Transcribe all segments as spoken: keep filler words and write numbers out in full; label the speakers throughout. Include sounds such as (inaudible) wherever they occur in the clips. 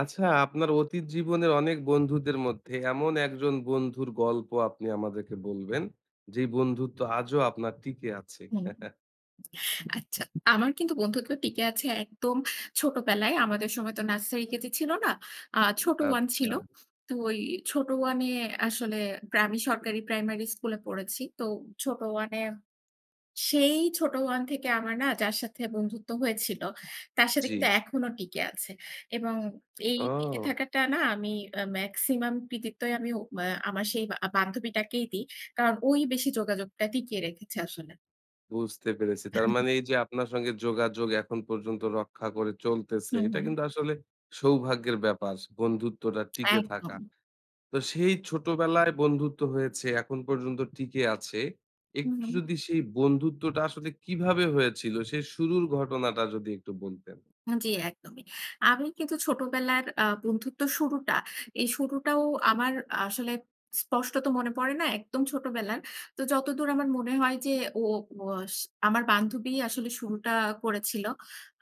Speaker 1: আচ্ছা, আপনার অতীত জীবনের অনেক বন্ধুদের মধ্যে এমন একজন বন্ধুর গল্প আপনি আমাদেরকে বলবেন, যেই বন্ধুত্ব আজও আপনার টিকে আছে?
Speaker 2: হুম, আচ্ছা। আমার কিন্তু বন্ধুত্ব টিকে আছে একদম ছোটবেলায়। আমাদের সময় তো নার্সারি কেজি ছিল না। আ ছোট ওয়ান
Speaker 1: আচ্ছা,
Speaker 2: ছিল। তো ওই ছোট ওয়ানে আসলে প্রা আমি সরকারি প্রাইমারি স্কুলে পড়েছি। তো ছোট ওয়ানে সেই ছোট ওয়ান থেকে আমার না যার সাথে বন্ধুত্ব হয়েছিল, তার সাথে
Speaker 1: জি।
Speaker 2: কিন্তু এখনো টিকে আছে। এবং এই টিকে
Speaker 1: ও!
Speaker 2: থাকাটা না আমি আ মেক্সিমাম কৃতিত্বই আমি ও আ আমার সেই বা বান্ধবীটাকেই দিই। কারণ ওই বেশি যোগাযোগটা টিকিয়ে রেখেছে আসলে।
Speaker 1: বুঝতে পেরেছি। তার মানে এই যে আপনার সঙ্গে যোগাযোগ এখন পর্যন্ত রক্ষা করে চলতেছে,
Speaker 2: হুম,
Speaker 1: এটা
Speaker 2: হুম।
Speaker 1: কিন্তু আসলে সৌভাগ্যের ব্যাপার, বন্ধুত্বটা টিকে থাকা।
Speaker 2: একদম।
Speaker 1: তো সেই ছোটবেলায় বন্ধুত্ব হয়েছে, এখন পর্যন্ত টিকে আছে। একটু
Speaker 2: হুম,
Speaker 1: যদি সেই বন্ধুত্বটা আসলে কিভাবে হয়েছিল, সেই শুরুর ঘটনাটা যদি একটু বলতেন?
Speaker 2: জি একদমই। আমি কিন্তু ছোটবেলার আ বন্ধুত্ব শুরুটা, এই শুরুটাও আমার আসলে স্পষ্টত মনে পড়ে না একদম ছোটবেলার। তো যতদূর আমার মনে হয় যে ও ওয়াস আমার বান্ধবী আসলে শুরুটা করেছিল।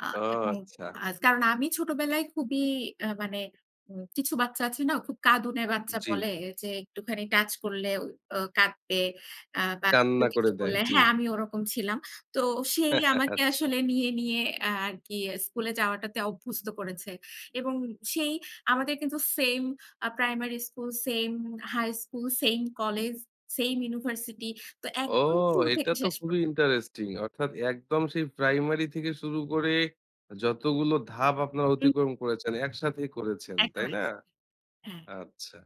Speaker 2: আ
Speaker 1: ও
Speaker 2: এবং
Speaker 1: আচ্ছা।
Speaker 2: আ কারণ আমি ছোটবেলায় খুবই আ মানে উম কিছু বাচ্চা আছে না খুব কাঁদুনে বাচ্চা
Speaker 1: জি,
Speaker 2: বলে যে একটুখানি টাচ করলে ও কাঁদবে আ বা কেউ
Speaker 1: কান্না করে
Speaker 2: কিছু
Speaker 1: দেয়।
Speaker 2: বললে
Speaker 1: জি।
Speaker 2: হ্যাঁ, আমি ওরকম ছিলাম। তো সেই আমাকে
Speaker 1: আচ্ছা।
Speaker 2: আসলে নিয়ে, নিয়ে আ আরকি স্কুলে যাওয়াটাতে অভ্যস্ত করেছে। এবং সেই আমাদের কিন্তু সেইম আ primary school, same high school, same college, same university. তো
Speaker 1: ও
Speaker 2: একদম শুরু
Speaker 1: এটা
Speaker 2: থেকে
Speaker 1: তো
Speaker 2: শেষ
Speaker 1: খুবই
Speaker 2: পর্যন্ত।
Speaker 1: ইন্টারেস্টিং। অর্থাৎ একদম সেই প্রাইমারি থেকে শুরু করে যতগুলো ধাপ আপনারা
Speaker 2: হুম।
Speaker 1: অতিক্রম করেছেন, একসাথেই করেছেন,
Speaker 2: একদম
Speaker 1: তাই না?
Speaker 2: একসাথে। হ্যাঁ।
Speaker 1: আচ্ছা।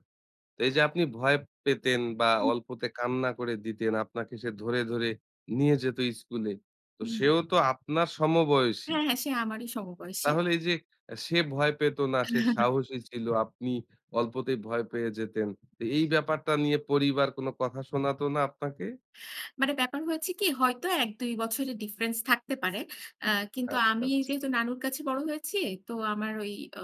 Speaker 1: তো এই যে আপনি ভয় পেতেন বা
Speaker 2: হুম,
Speaker 1: অল্পতে কান্না করে দিতেন, আপনাকে সে ধরে, ধরে নিয়ে যেত স্কুলে। তো
Speaker 2: হুম।
Speaker 1: সেও তো আপনার সমবয়সী।
Speaker 2: হ্যাঁ, হ্যাঁ, সে আমারই সমবয়সী।
Speaker 1: তাহলে এই যে আ সে ভয় পেত না, সে সাহসী ছিল। আপনি অল্পতেই ভয় পেয়ে যেতেন। তো এই ব্যাপারটা নিয়ে পরিবার কোন কথা শোনাতো না আপনাকে?
Speaker 2: মানে ব্যাপার হয়েছে কি হয়তো এক দুই বছরের ডিফারেন্স থাকতে পারে। আ কিন্তু
Speaker 1: আচ্ছা,
Speaker 2: আমি
Speaker 1: আচ্ছা।
Speaker 2: যেহেতু নানুর কাছে বড় হয়েছি, তো আমার ওই আ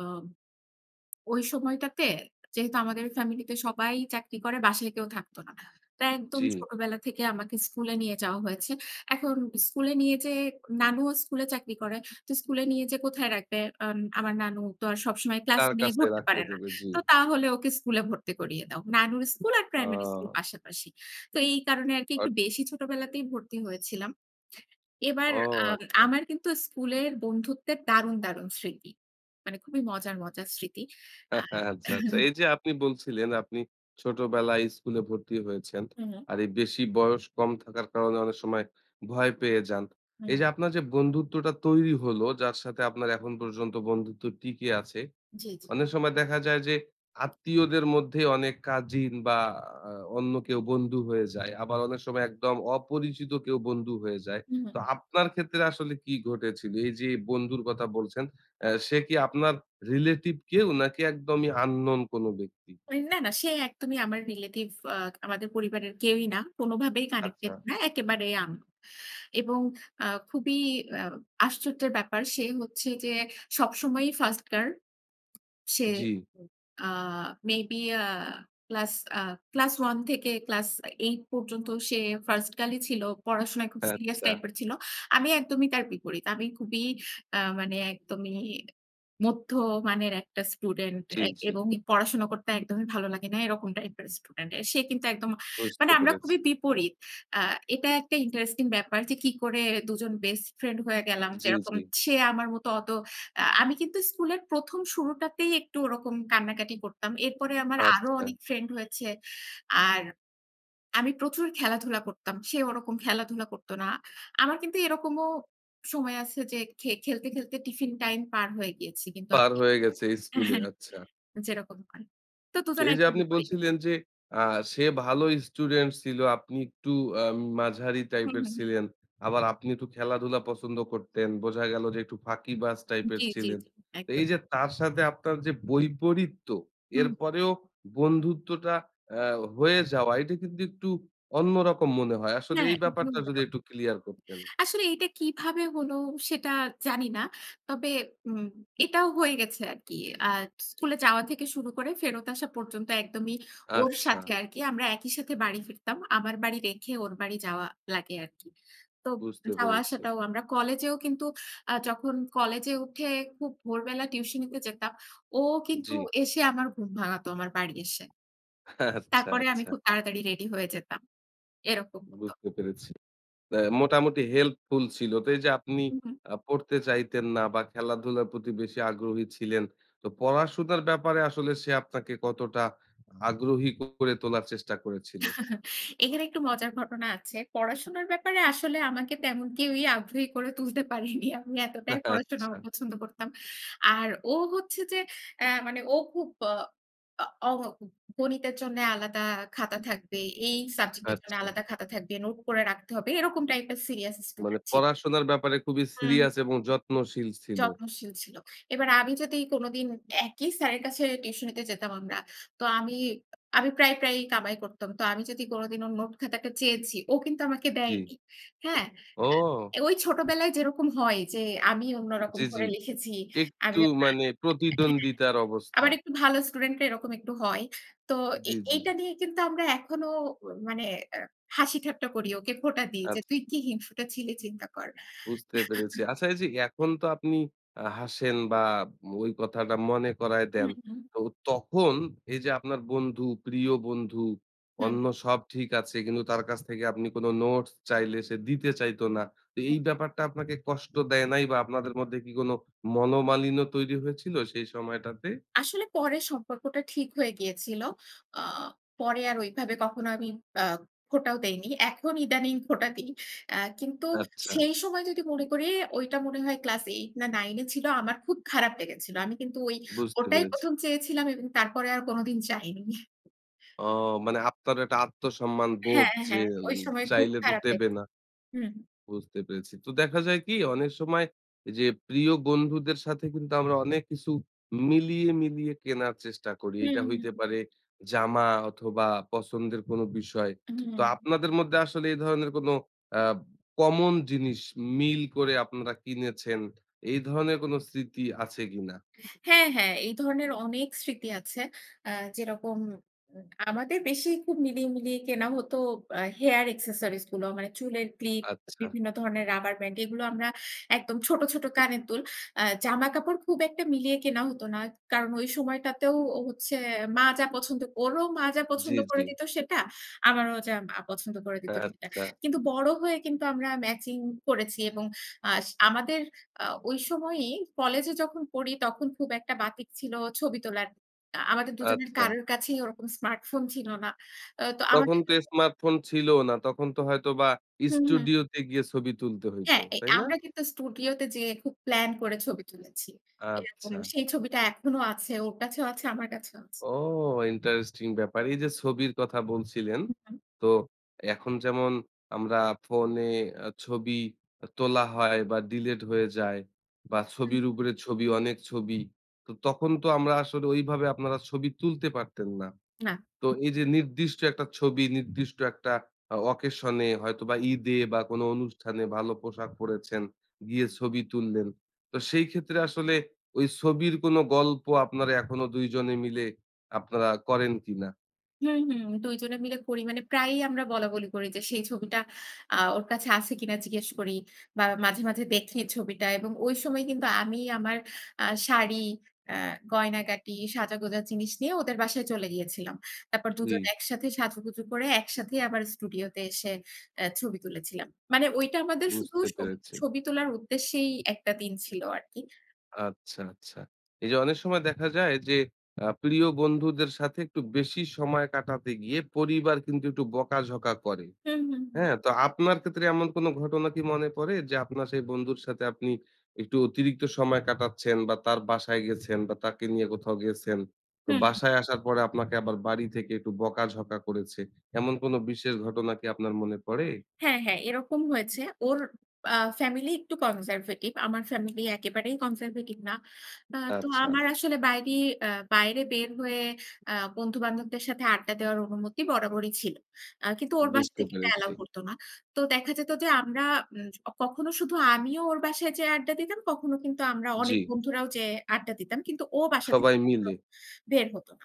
Speaker 2: ওই সময়টাতে যেহেতু আমাদের ফ্যামিলিতে সবাই চাকরি করে, বাসায় কেউ থাকতো না। তাই একদম
Speaker 1: জি,
Speaker 2: ছোটবেলা থেকে আমাকে স্কুলে নিয়ে যাওয়া হয়েছে। এখন স্কুলে নিয়ে যেয়ে নানুও স্কুলে চাকরি করে। তো স্কুলে নিয়ে যেয়ে কোথায় রাখবে? আম আমার নানু তো আর সবসময় ক্লাস
Speaker 1: তার
Speaker 2: নিয়ে
Speaker 1: কাছে
Speaker 2: ঘুরতে
Speaker 1: রাখতে
Speaker 2: পারে না।
Speaker 1: দেবে। জি।
Speaker 2: তো তাহলে ওকে স্কুলে ভর্তি করিয়ে দাও। নানুর স্কুল আর প্রাইমারি স্কুল
Speaker 1: ও
Speaker 2: পাশাপাশি। তো এই কারণে আরকি একটু
Speaker 1: অট
Speaker 2: বেশি ছোটবেলাতেই ভর্তি হয়েছিলাম। এবার
Speaker 1: ও
Speaker 2: আম
Speaker 1: আচ্ছা।
Speaker 2: আমার কিন্তু স্কুলের বন্ধুত্বের দারুণ, দারুণ স্মৃতি। মানে খুবই মজার, মজার স্মৃতি।
Speaker 1: (laughs)
Speaker 2: আর
Speaker 1: আচ্ছা, আচ্ছা। এই যে আপনি বলছিলেন আপনি ছোটবেলায় স্কুলে ভর্তি হয়েছেন।
Speaker 2: হুম,
Speaker 1: আর এই বেশি বয়স কম থাকার কারণে অনেক সময় ভয় পেয়ে যান। এই
Speaker 2: হুম,
Speaker 1: যে আপনার যে বন্ধুত্বটা তৈরি হলো, যার সাথে আপনার এখন পর্যন্ত বন্ধুত্ব টিকে আছে
Speaker 2: জি, জি।
Speaker 1: অনেক সময় দেখা যায় যে আত্মীয়দের মধ্যে অনেক কাজিন বা আ অন্য কেউ বন্ধু হয়ে যায়। আবার অনেক সময় একদম অপরিচিত কেউ বন্ধু হয়ে যায়।
Speaker 2: হুম, হুম।
Speaker 1: তো আপনার ক্ষেত্রে আসলে কি ঘটেছিল? এই যে বন্ধুর কথা বলছেন, অ্যা সে কি আপনার রিলেটিভ কেউ নাকি একদমই unknown কোনো ব্যক্তি?
Speaker 2: ওই না, না, সে একদমই আমার রিলেটিভ আ আমাদের পরিবারের কেউই না। কোনভাবেই
Speaker 1: আচ্ছা।
Speaker 2: কানেক্টেড না। একেবারে আমি। এবং আ খুবই আ আশ্চর্যের ব্যাপার সে হচ্ছে যে সবসময়ই ফার্স্ট গার্ল। সে
Speaker 1: জি।
Speaker 2: আ মেবি আ ক্লাস আ ক্লাস এক থেকে ক্লাস আট পর্যন্ত সে ফার্স্ট গার্ল-ই ছিল। পড়াশোনায় খুব সিরিয়াস
Speaker 1: আচ্ছা।
Speaker 2: টাইপের ছিল। আমি একদমই তার বিপরীত। আমি খুবই আ মানে একদমই মধ্যমানের একটা স্টুডেন্ট
Speaker 1: জি,
Speaker 2: এ
Speaker 1: জি।
Speaker 2: এবং পড়াশোনা করতে একদমই ভালো লাগে না এরকম টাইপের স্টুডেন্ট। সে কিন্তু একদম
Speaker 1: বুঝতে
Speaker 2: মানে আমরা
Speaker 1: পেরেছি।
Speaker 2: খুবই বিপরীত। আ এটা একটা ইন্টারেস্টিং ব্যাপার যে কি করে দুজন বেস্ট ফ্রেন্ড হয়ে গেলাম।
Speaker 1: জি,
Speaker 2: যেরকম
Speaker 1: জি।
Speaker 2: সে আমার মতো অত আ আমি কিন্তু স্কুলের ১ম শুরুটাতেই একটু ওরকম কান্নাকাটি করতাম। এরপরে আমার আরো
Speaker 1: আচ্ছা।
Speaker 2: অনেক ফ্রেন্ড হয়েছে। আর আমি প্রচুর খেলাধুলা করতাম। সে ওরকম খেলাধুলা করত না। আমার কিন্তু এরকমও সময় আছে যে খে খেলতে, খেলতে টিফিন টাইম পার হয়ে গিয়েছি। কিন্তু
Speaker 1: পার
Speaker 2: আমি
Speaker 1: হয়ে গেছে স্কুলে।
Speaker 2: (laughs)
Speaker 1: আচ্ছা।
Speaker 2: হ্যাঁ, যেরকম হয়। তো
Speaker 1: তো
Speaker 2: দুজনে
Speaker 1: এই যে
Speaker 2: একদম
Speaker 1: আপনি
Speaker 2: বিপরীত।
Speaker 1: বলছিলেন যে আ সে ভালো স্টুডেন্ট ছিল, আপনি একটু আ মাঝারি
Speaker 2: হুম,
Speaker 1: টাইপের
Speaker 2: হুম, হুম।
Speaker 1: ছিলেন। আবার আপনি একটু খেলাধুলা পছন্দ করতেন। বোঝা গেল যে একটু ফাঁকিবাজ টাইপের
Speaker 2: জি, জি,
Speaker 1: ছিলেন।
Speaker 2: জি।
Speaker 1: তো এই
Speaker 2: একদম।
Speaker 1: যে তার সাথে আপনার যে বৈপরীত্য,
Speaker 2: হুম।
Speaker 1: এরপরেও বন্ধুত্বটা আ হয়ে যাওয়া এটা কিন্তু একটু অন্যরকম মনে হয়। আসলে
Speaker 2: হ্যাঁ,
Speaker 1: এই
Speaker 2: একদম
Speaker 1: ব্যাপারটা যদি একটু ক্লিয়ার করতেন।
Speaker 2: আসলে এটা কিভাবে হলো সেটা জানি না। তবে উম এটাও হয়ে গেছে আরকি। আ স্কুলে যাওয়া থেকে শুরু করে ফেরত আসা পর্যন্ত একদমই ওর
Speaker 1: আচ্ছা,
Speaker 2: সাথে আরকি। আমরা একই সাথে বাড়ি ফিরতাম। আমার বাড়ি রেখে ওর বাড়ি যাওয়া লাগে আরকি। তো
Speaker 1: বুঝতে
Speaker 2: যাওয়া
Speaker 1: পেরেছি।
Speaker 2: আসাটাও আমরা কলেজেও কিন্তু আ যখন কলেজে উঠে খুব ভোরবেলা টিউশনিতে যেতাম, ও কিন্তু
Speaker 1: জি,
Speaker 2: এসে আমার ঘুম ভাঙাতো আমার বাড়ি এসে।
Speaker 1: আচ্ছা,
Speaker 2: তারপরে আমি
Speaker 1: আচ্ছা
Speaker 2: খুব তাড়াতাড়ি রেডি হয়ে যেতাম। এরকম হতো।
Speaker 1: বুঝতে পেরেছি। অ্যা মোটামুটি হেল্পফুল ছিল। তো এই যে আপনি আ পড়তে চাইতেন না বা খেলাধুলার প্রতি বেশি আগ্রহী ছিলেন। তো পড়াশোনার ব্যাপারে আসলে সে আপনাকে কতটা আগ্রহী করে তোলার চেষ্টা করেছিল?
Speaker 2: এখানে একটু মজার ঘটনা আছে। পড়াশোনার ব্যাপারে আসলে আমাকে তেমন কেউই আগ্রহী করে তুলতে পারেনি। আমি এতটাই পড়াশোনা
Speaker 1: আচ্ছা,
Speaker 2: অপছন্দ করতাম। আর ও হচ্ছে যে অ্যা মানে ও খুব আ অ অ- গণিতের জন্য আলাদা খাতা থাকবে, এই সাবজেক্ট এর জন্য
Speaker 1: আচ্ছা।
Speaker 2: আলাদা খাতা থাকবে, নোট করে রাখতে হবে। এরকম টাইপের সিরিয়াস
Speaker 1: মানে
Speaker 2: স্টুডেন্ট ছিল।
Speaker 1: পড়াশোনার ব্যাপারে খুবই
Speaker 2: হুম।
Speaker 1: সিরিয়াস এবং যত্নশীল ছিল।
Speaker 2: যত্নশীল ছিল। এবার আমি যদি কোনোদিন একই স্যারের কাছে টিউশনিতে যেতাম আমরা। তো আমি আমি প্রায়, প্রায়ই কামাই করতাম। তো আমি যদি কোনোদিন ওর নোট খাতাটা চেয়েছি, ও কিন্তু আমাকে
Speaker 1: জি।
Speaker 2: দেয়নি। হ্যাঁ?
Speaker 1: ও!
Speaker 2: আ ওই ছোটবেলায় যেরকম হয় যে আমি অন্যরকম
Speaker 1: জি,
Speaker 2: করে
Speaker 1: জি।
Speaker 2: লিখেছি। আমি
Speaker 1: একটু
Speaker 2: আবার
Speaker 1: মানে
Speaker 2: হ্যাঁ,
Speaker 1: প্রতিদ্বন্দ্বিতার অবস্থা।
Speaker 2: আবার একটু ভালো স্টুডেন্টরা এরকম একটু হয়। তো এ
Speaker 1: জি, জি।
Speaker 2: এইটা নিয়ে কিন্তু আমরা এখনো মানে আ হাসি ঠাট্টা করি। ওকে খোঁটা দিই যে,
Speaker 1: আচ্ছা।
Speaker 2: "তুই কি হিংসুটে ছিলি চিন্তা কর।"
Speaker 1: বুঝতে পেরেছি। আচ্ছা এই যে এখন তো আপনি আ হাসেন বা ওই কথাটা মনে করায় দেন।
Speaker 2: হুম, হুম,
Speaker 1: তো তখন এই যে আপনার বন্ধু, প্রিয় বন্ধু,
Speaker 2: হুম।
Speaker 1: অন্য সব ঠিক আছে কিন্তু তার কাছ থেকে আপনি কোনো নোটস চাইলে সে দিতে চাইতো না। তো এই ব্যাপারটা আপনাকে কষ্ট দেয় নাই বা আপনাদের মধ্যে কি কোনো মনোমালিন্য তৈরি হয়েছিল সেই সময়টাতে?
Speaker 2: আসলে পরে সম্পর্কটা ঠিক হয়ে গিয়েছিল। আ পরে আর ওইভাবে কখনো আমি আ খোঁটাও দেইনি। এখন ইদানিং খোঁটা দিই। আ কিন্তু
Speaker 1: আচ্ছা,
Speaker 2: সেই সময় যদি মনে করি ওইটা মনে হয় ক্লাস আট না নয় এ ছিল। আমার খুব খারাপ লেগেছিল। আমি কিন্তু ওই
Speaker 1: বুঝতে
Speaker 2: ওটাই
Speaker 1: পেরেছি।
Speaker 2: ১ম চেয়েছিলাম এবং তারপরে আর কোনোদিন চাইনি।
Speaker 1: ও মানে আপনারও একটা আত্মসম্মান বোধ
Speaker 2: হ্যাঁ,
Speaker 1: যে
Speaker 2: হ্যাঁ। ওই
Speaker 1: উম,
Speaker 2: সময় খুব
Speaker 1: চাইলে তো
Speaker 2: খারাপ
Speaker 1: দেবে
Speaker 2: লেগেছে।
Speaker 1: না।
Speaker 2: হুম,
Speaker 1: বুঝতে পেরেছি। তো দেখা যায় কি অনেক সময় যে প্রিয় বন্ধুদের সাথে কিন্তু আমরা অনেক কিছু মিলিয়ে, মিলিয়ে কেনার চেষ্টা করি। এটা
Speaker 2: হুম,
Speaker 1: হইতে পারে জামা অথবা পছন্দের কোনো বিষয়।
Speaker 2: হুম,
Speaker 1: তো
Speaker 2: হুম।
Speaker 1: আপনাদের মধ্যে আসলে এই ধরনের কোনো আ কমন জিনিস মিল করে আপনারা কিনেছেন, এই ধরনের কোনো স্মৃতি আছে কিনা?
Speaker 2: হ্যাঁ, হ্যাঁ। এই ধরনের অনেক স্মৃতি আছে। আ যেরকম উম আমাদের বেশি খুব মিলিয়ে, মিলিয়ে কেনা হতো আ হেয়ার অ্যাক্সেসরিজ গুলো। মানে চুলের ক্লিপ,
Speaker 1: আচ্ছা।
Speaker 2: বিভিন্ন ধরনের রাবার ব্যান্ড এগুলো আমরা একদম ছোট, ছোট কানের দুল। আ জামাকাপড় খুব একটা মিলিয়ে কেনা হতো না। কারণ ওই সময়টাতেও ও হচ্ছে মা যা পছন্দ ওরও মা যা
Speaker 1: জি,
Speaker 2: পছন্দ
Speaker 1: জি।
Speaker 2: করে দিত সেটা, আমারও যা মা পছন্দ করে দিত সেটা।
Speaker 1: আচ্ছা,
Speaker 2: কিন্তু বড় হয়ে কিন্তু আমরা ম্যাচিং করেছি এবং আস আমাদের আ ওই সময়ই কলেজে যখন পড়ি তখন খুব একটা বাতিক ছিল ছবি তোলার। আ আমাদের দুজনের
Speaker 1: আচ্ছা।
Speaker 2: কারোর কাছেই ওরকম স্মার্টফোন ছিল না। আ তো
Speaker 1: তখন
Speaker 2: আমাদের
Speaker 1: তো স্মার্টফোন ছিল না। তখন তো হয়তোবা
Speaker 2: হুম, হুম।
Speaker 1: স্টুডিওতে গিয়ে ছবি তুলতে হইতো,
Speaker 2: হ্যাঁ, এ
Speaker 1: তাই না?
Speaker 2: আমরা কিন্তু স্টুডিওতে যেয়ে খুব প্ল্যান করে ছবি তুলেছি। এরকম
Speaker 1: আচ্ছা।
Speaker 2: সেই ছবিটা এখনো আছে। ওর কাছেও আছে, আমার কাছেও আছে।
Speaker 1: ও! ইন্টারেস্টিং ব্যাপার। এই যে ছবির কথা বলছিলেন,
Speaker 2: হুম,
Speaker 1: তো এখন যেমন আমরা ফোনে আ ছবি তোলা হয় বা ডিলিট হয়ে যায় বা
Speaker 2: হুম।
Speaker 1: ছবির উপরে ছবি, অনেক ছবি। তো তখন তো আমরা আসলে ওইভাবে আপনারা ছবি তুলতে পারতেন না।
Speaker 2: না।
Speaker 1: তো এই যে নির্দিষ্ট একটা ছবি, নির্দিষ্ট একটা আ অকেশন এ হয়তোবা ঈদে বা কোনো অনুষ্ঠানে ভালো পোশাক পড়েছেন, গিয়ে ছবি তুললেন। তো সেই ক্ষেত্রে আসলে ওই ছবির কোনো গল্প আপনারা এখনো দুই জনে মিলে আপনারা করেন কিনা?
Speaker 2: হুম, হুম। দুই জনে মিলে করি মানে প্রায়ই আমরা বলাবলি করি যে সেই ছবিটা আ ওর কাছে আছে কিনা জিজ্ঞেস করি বা মাঝে, মাঝে দেখি ছবিটা এবং ওই সময় কিন্তু আমি আমার আ শাড়ি, আ গয়নাগাটি, সাজাগোজা জিনিস নিয়ে ওদের বাসায় চলে গিয়েছিলাম। তারপর
Speaker 1: জি,
Speaker 2: দুজন একসাথে সাজুগুজু করে একসাথে আবার স্টুডিওতে এসে অ্যা ছবি তুলেছিলাম। মানে ওইটা আমাদের শুধু
Speaker 1: বুঝতে
Speaker 2: ছবি,
Speaker 1: পেরেছি।
Speaker 2: ছবি তোলার উদ্দেশ্যেই একটা দিন ছিল আরকি।
Speaker 1: আচ্ছা, আচ্ছা। এই যে অনেক সময় দেখা যায় যে আ প্রিয় বন্ধুদের সাথে একটু বেশি সময় কাটাতে গিয়ে পরিবার কিন্তু একটু বকাঝকা করে।
Speaker 2: হুম, হুম, হুম।
Speaker 1: হ্যাঁ, তো আপনার ক্ষেত্রে এমন কোনো ঘটনা কি মনে পড়ে যে আপনার সেই বন্ধুর সাথে আপনি একটু অতিরিক্ত সময় কাটাচ্ছেন বা তার বাসায় গেছেন বা তাকে নিয়ে কোথাও গেছেন। তো
Speaker 2: হুম।
Speaker 1: বাসায় আসার পরে আপনাকে আবার বাড়ি থেকে একটু বকাঝকা করেছে। এমন কোনো বিশেষ ঘটনা কি আপনার মনে পড়ে?
Speaker 2: হ্যাঁ, হ্যাঁ, এরকম হয়েছে। ওর আ ফ্যামিলি একটু কনজারভেটিভ। আমার ফ্যামিলি একেবারেই কনজারভেটিভ না। আ তো
Speaker 1: আচ্ছা,
Speaker 2: আমার আসলে বাইরে আ বাইরে বের হয়ে আ বন্ধু-বান্ধবদের সাথে আড্ডা দেওয়ার অনুমতি বরাবরই ছিল। আ কিন্তু ওর বাসা
Speaker 1: বুঝতে
Speaker 2: থেকে এটা
Speaker 1: পেরেছি।
Speaker 2: অ্যালাও করত না। তো দেখা যেত যে আমরা উম কখনো শুধু আমিও ওর বাসায় যেয়ে আড্ডা দিতাম, কখনো কিন্তু আমরা
Speaker 1: জি,
Speaker 2: অনেক বন্ধুরাও যেয়ে আড্ডা দিতাম। কিন্তু ও বাসা
Speaker 1: সবাই
Speaker 2: থেকে কখনো
Speaker 1: মিলে।
Speaker 2: বের হত না।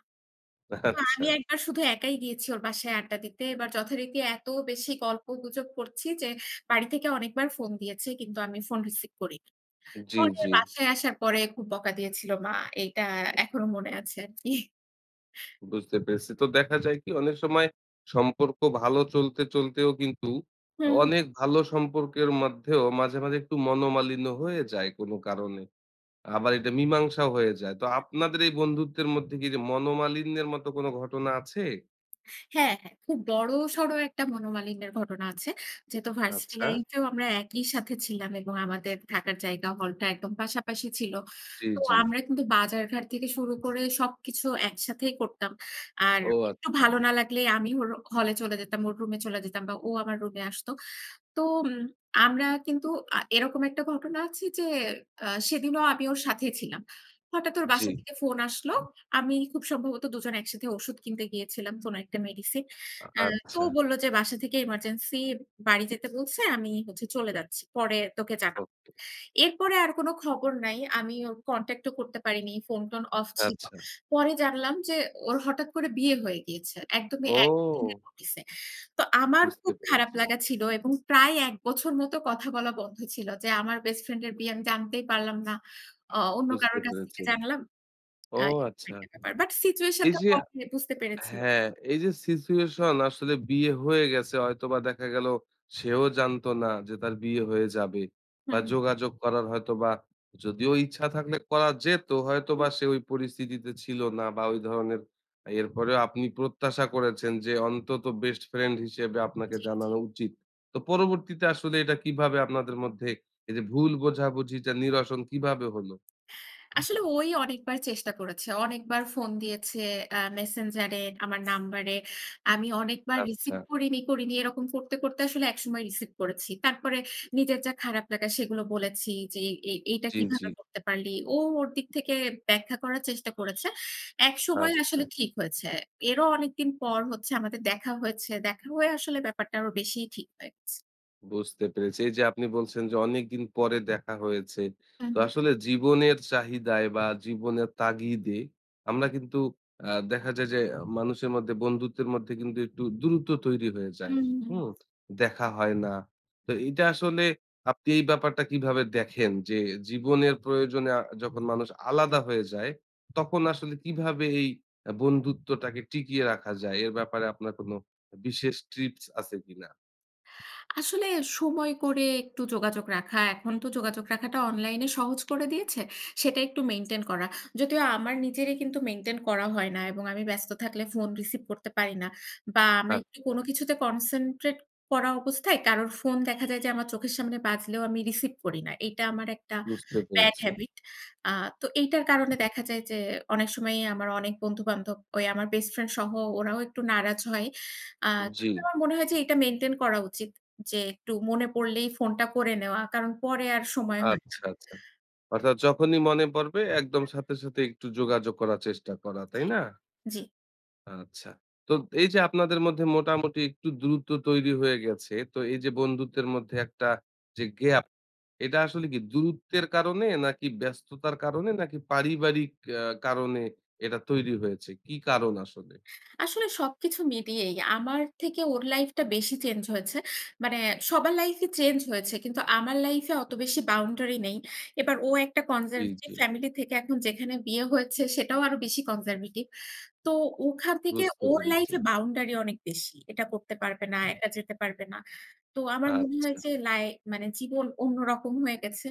Speaker 2: তো
Speaker 1: আচ্ছা।
Speaker 2: আমি একবার শুধু একাই গিয়েছি ওর বাসায় আড্ডা দিতে। এবার যথারীতি এত বেশি গল্পগুজব করছি যে, বাড়ি থেকে অনেকবার ফোন দিয়েছে কিন্তু আমি ফোন রিসিভ করিনি।
Speaker 1: জি,
Speaker 2: পরে
Speaker 1: জি।
Speaker 2: বাসায় আসার পরে খুব বকা দিয়েছিল মা। এইটা এখনো মনে আছে আরকি।
Speaker 1: বুঝতে পেরেছি। তো দেখা যায় কি অনেক সময় সম্পর্ক ভালো চলতে, চলতেও কিন্তু
Speaker 2: হুম।
Speaker 1: অনেক ভালো সম্পর্কের মধ্যেও মাঝে, মাঝে একটু মনোমালিন্য হয়ে যায় কোনো কারণে। আবার এটা মীমাংসাও হয়ে যায়। তো আপনাদের এই বন্ধুত্বের মধ্যে কি যে মনোমালিন্যের মতো কোনো ঘটনা আছে?
Speaker 2: হ্যাঁ, হ্যাঁ। খুব বড়সড় একটা মনোমালিন্যের ঘটনা আছে। যেহেতু ভার্সিটি
Speaker 1: আচ্ছা।
Speaker 2: লাইফ এও আমরা একই সাথে ছিলাম এবং আমাদের থাকার জায়গা হলটা একদম পাশাপাশি ছিল।
Speaker 1: জি,
Speaker 2: তো
Speaker 1: জি।
Speaker 2: আমরা কিন্তু বাজারঘাট থেকে শুরু করে সবকিছু একসাথেই করতাম। আর
Speaker 1: ও
Speaker 2: একটু
Speaker 1: আচ্ছা।
Speaker 2: ভালো না লাগলে আমি ওর হলে চলে যেতাম, ওর রুমে চলে যেতাম বা ও আমার রুমে আসতো। তো উম আমরা কিন্তু আ এরকম একটা ঘটনা আছে যে আ সেদিনও আমি ওর সাথে ছিলাম। হঠাৎ ওর
Speaker 1: জি।
Speaker 2: বাসা থেকে ফোন আসলো। আমি খুব সম্ভবত দুজন একসাথে ওষুধ কিনতে গিয়েছিলাম কোনো একটা মেডিসিন।
Speaker 1: আ
Speaker 2: আ তো
Speaker 1: আচ্ছা।
Speaker 2: ও বলল যে বাসা থেকে এমার্জেন্সি বাড়ি যেতে বলছে, আমি হচ্ছে চলে যাচ্ছি। পরে তোকে জানাবো।
Speaker 1: ওকে।
Speaker 2: এরপরে আর কোনো খবর নাই। আমি ওর কনট্যাক্ট ও করতে পারিনি। ফোন-টোন অফ ছিল।
Speaker 1: আচ্ছা।
Speaker 2: পরে জানলাম যে ওর হঠাৎ করে বিয়ে হয়ে গিয়েছে। একদমই একদিনের
Speaker 1: ও!
Speaker 2: নোটিসে। তো আমার
Speaker 1: বুঝতে
Speaker 2: খুব খারাপ
Speaker 1: পেরেছি,
Speaker 2: লাগা ছিল এবং প্রায় এক বছর মতো কথা বলা বন্ধ ছিল যে আমার বেস্ট ফ্রেন্ড এর বিয়ে আমি জানতেই পারলাম না। অ অন্য
Speaker 1: বুঝতে
Speaker 2: কারোর কাছ
Speaker 1: পেরেছি।
Speaker 2: থেকে জানলাম।
Speaker 1: ও
Speaker 2: আ এরকম
Speaker 1: আচ্ছা।
Speaker 2: একটা ব্যাপার। বাট সিচুয়েশন
Speaker 1: এই
Speaker 2: টা
Speaker 1: যে
Speaker 2: পরে বুঝতে পেরেছি।
Speaker 1: হ্যাঁ, এই যে সিচুয়েশন আসলে বিয়ে হয়ে গেছে হয়তোবা দেখা গেল সেও জানতো না যে তার বিয়ে হয়ে যাবে বা
Speaker 2: হুম, হুম।
Speaker 1: যোগাযোগ করার হয়তোবা যদিও ইচ্ছা থাকলে করা যেত
Speaker 2: জি।
Speaker 1: হয়তোবা সে ওই পরিস্থিতিতে ছিল না বা ওই ধরনের এরপরেও আপনি প্রত্যাশা করেছেন যে অন্তত বেস্ট ফ্রেন্ড হিসেবে আপনাকে জানানো উচিত। তো পরবর্তীতে আসলে এটা কিভাবে আপনাদের মধ্যে এই যে ভুল বোঝাবুঝিটা নিরসন কিভাবে হলো?
Speaker 2: আসলে ওই অনেকবার চেষ্টা করেছে। অনেকবার ফোন দিয়েছে আ Messenger এ, আমার নাম্বারে। আমি অনেকবার
Speaker 1: আচ্ছা।
Speaker 2: রিসিভ করিনি, করিনি। এরকম করতে, করতে আসলে একসময় রিসিভ করেছি। তারপরে নিজের যা খারাপ লাগা সেগুলো বলেছি যে, "এই এইটা
Speaker 1: জি, জি।
Speaker 2: কিভাবে করতে পারলি?" ও ওর দিক থেকে ব্যাখ্যা করার চেষ্টা করেছে। একসময়
Speaker 1: আচ্ছা।
Speaker 2: আসলে ঠিক হয়েছে। এরও অনেকদিন পর হচ্ছে আমাদের দেখা হয়েছে। দেখা হয়ে আসলে ব্যাপারটা আরো বেশিই ঠিক হয়ে গেছে।
Speaker 1: বুঝতে পেরেছি। এই যে আপনি বলছেন যে অনেকদিন পরে দেখা হয়েছে।
Speaker 2: হুম,
Speaker 1: তো আসলে জীবনের চাহিদায় বা জীবনের তাগিদে আমরা কিন্তু আ দেখা যায় যে মানুষের মধ্যে বন্ধুত্বের মধ্যে কিন্তু একটু দূরত্ব তৈরি হয়ে যায়।
Speaker 2: হুম, হুম।
Speaker 1: হুম? দেখা হয় না। তো এটা আসলে আপনি এই ব্যাপারটা কিভাবে দেখেন যে জীবনের প্রয়োজনে আ যখন মানুষ আলাদা হয়ে যায় তখন আসলে কিভাবে এই আ বন্ধুত্বটাকে টিকিয়ে রাখা যায়? এর ব্যাপারে আপনার কোনো বিশেষ ট্রিপস আছে কিনা?
Speaker 2: আসলে সময় করে একটু যোগাযোগ রাখা, এখন তো যোগাযোগ রাখাটা অনলাইনে সহজ করে দিয়েছে। সেটা একটু মেইনটেইন করা। যদিও আমার নিজেরই কিন্তু মেইনটেইন করা হয় না এবং আমি ব্যস্ত থাকলে ফোন রিসিভ করতে পারি না বা আমি
Speaker 1: হ্যাঁ।
Speaker 2: একটু কোনো কিছুতে কনসেনট্রেট করা অবস্থায় কারোর ফোন দেখা যায় যে আমার চোখের সামনে বাজলেও আমি রিসিভ করি না। এইটা আমার একটা
Speaker 1: বুঝতে
Speaker 2: ব্যাড
Speaker 1: পেরেছি।
Speaker 2: হ্যাবিট। আ তো এইটার কারণে দেখা যায় যে অনেক সময়ই আমার অনেক বন্ধু-বান্ধব ওই আমার বেস্ট ফ্রেন্ড সহ ওরাও একটু নারাজ হয়। আ
Speaker 1: জি।
Speaker 2: কিন্তু আমার মনে হয় যে এটা মেইনটেইন করা উচিত। যে একটু মনে পড়লেই ফোনটা করে নেওয়া। কারণ পরে আর সময় হয় না।
Speaker 1: আচ্ছা, আচ্ছা। অর্থাৎ যখনই মনে পড়বে একদম সাথে, সাথে একটু যোগাযোগ করার চেষ্টা করা, তাই
Speaker 2: জি।
Speaker 1: না?
Speaker 2: জি।
Speaker 1: আচ্ছা। তো এই যে আপনাদের মধ্যে মোটামুটি একটু দূরত্ব তৈরি হয়ে গেছে। তো এই যে বন্ধুত্বের মধ্যে একটা যে গ্যাপ, এটা আসলে কি দূরত্বের কারণে নাকি ব্যস্ততার কারণে নাকি পারিবারিক আ কারণে এটা তৈরি হয়েছে? কি কারণ আসলে?
Speaker 2: আসলে সবকিছু মিলিয়েই আমার থেকে ওর লাইফটা বেশি চেঞ্জ হয়েছে। মানে সবার লাইফই চেঞ্জ হয়েছে। কিন্তু আমার লাইফে অত বেশি বাউন্ডারি নেই। এবার ও একটা
Speaker 1: জি, জি।
Speaker 2: কনজারভেটিভ ফ্যামিলি থেকে এখন যেখানে বিয়ে হয়েছে সেটাও আরো বেশি কনজারভেটিভ। তো ওখান থেকে
Speaker 1: বুঝতে
Speaker 2: ওর
Speaker 1: পেরেছি।
Speaker 2: লাইফে বাউন্ডারি অনেক বেশি। এটা করতে পারবে না, একা যেতে পারবে না। তো আমার মনে হয়
Speaker 1: আচ্ছা।
Speaker 2: যে লাই মানে জীবন অন্যরকম হয়ে গেছে।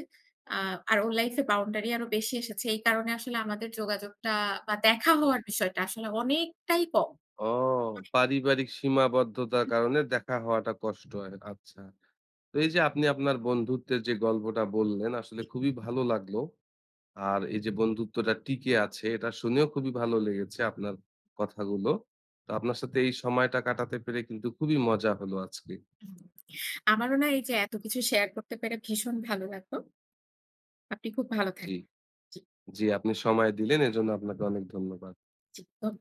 Speaker 2: আ আর ওর লাইফে বাউন্ডারি আরো বেশি এসেছে। এই কারণে আসলে আমাদের যোগাযোগটা বা দেখা হওয়ার বিষয়টা আসলে অনেকটাই কম।
Speaker 1: ও পারিবারিক সীমাবদ্ধতার কারণে দেখা হওয়াটা কষ্ট হয়। আচ্ছা। তো এই যে আপনি আপনার বন্ধুত্বের যে গল্পটা বললেন আসলে
Speaker 2: জি।
Speaker 1: খুবই ভালো লাগলো। আর এই যে বন্ধুত্বটা টিকে আছে এটা শুনেও খুবই ভালো লেগেছে আপনার কথাগুলো। তো আপনার সাথে এই সময়টা কাটাতে পেরে কিন্তু খুবই মজা হলো আজকে।
Speaker 2: হুম। আমারও না এই যে এত কিছু শেয়ার করতে পেরে ভীষণ ভালো লাগলো। আপনি খুব ভালো
Speaker 1: জি,
Speaker 2: থাকবেন। জি,
Speaker 1: জি আপনি সময় দিলেন এজন্য আপনাকে অনেক ধন্যবাদ।
Speaker 2: জি। ধন্য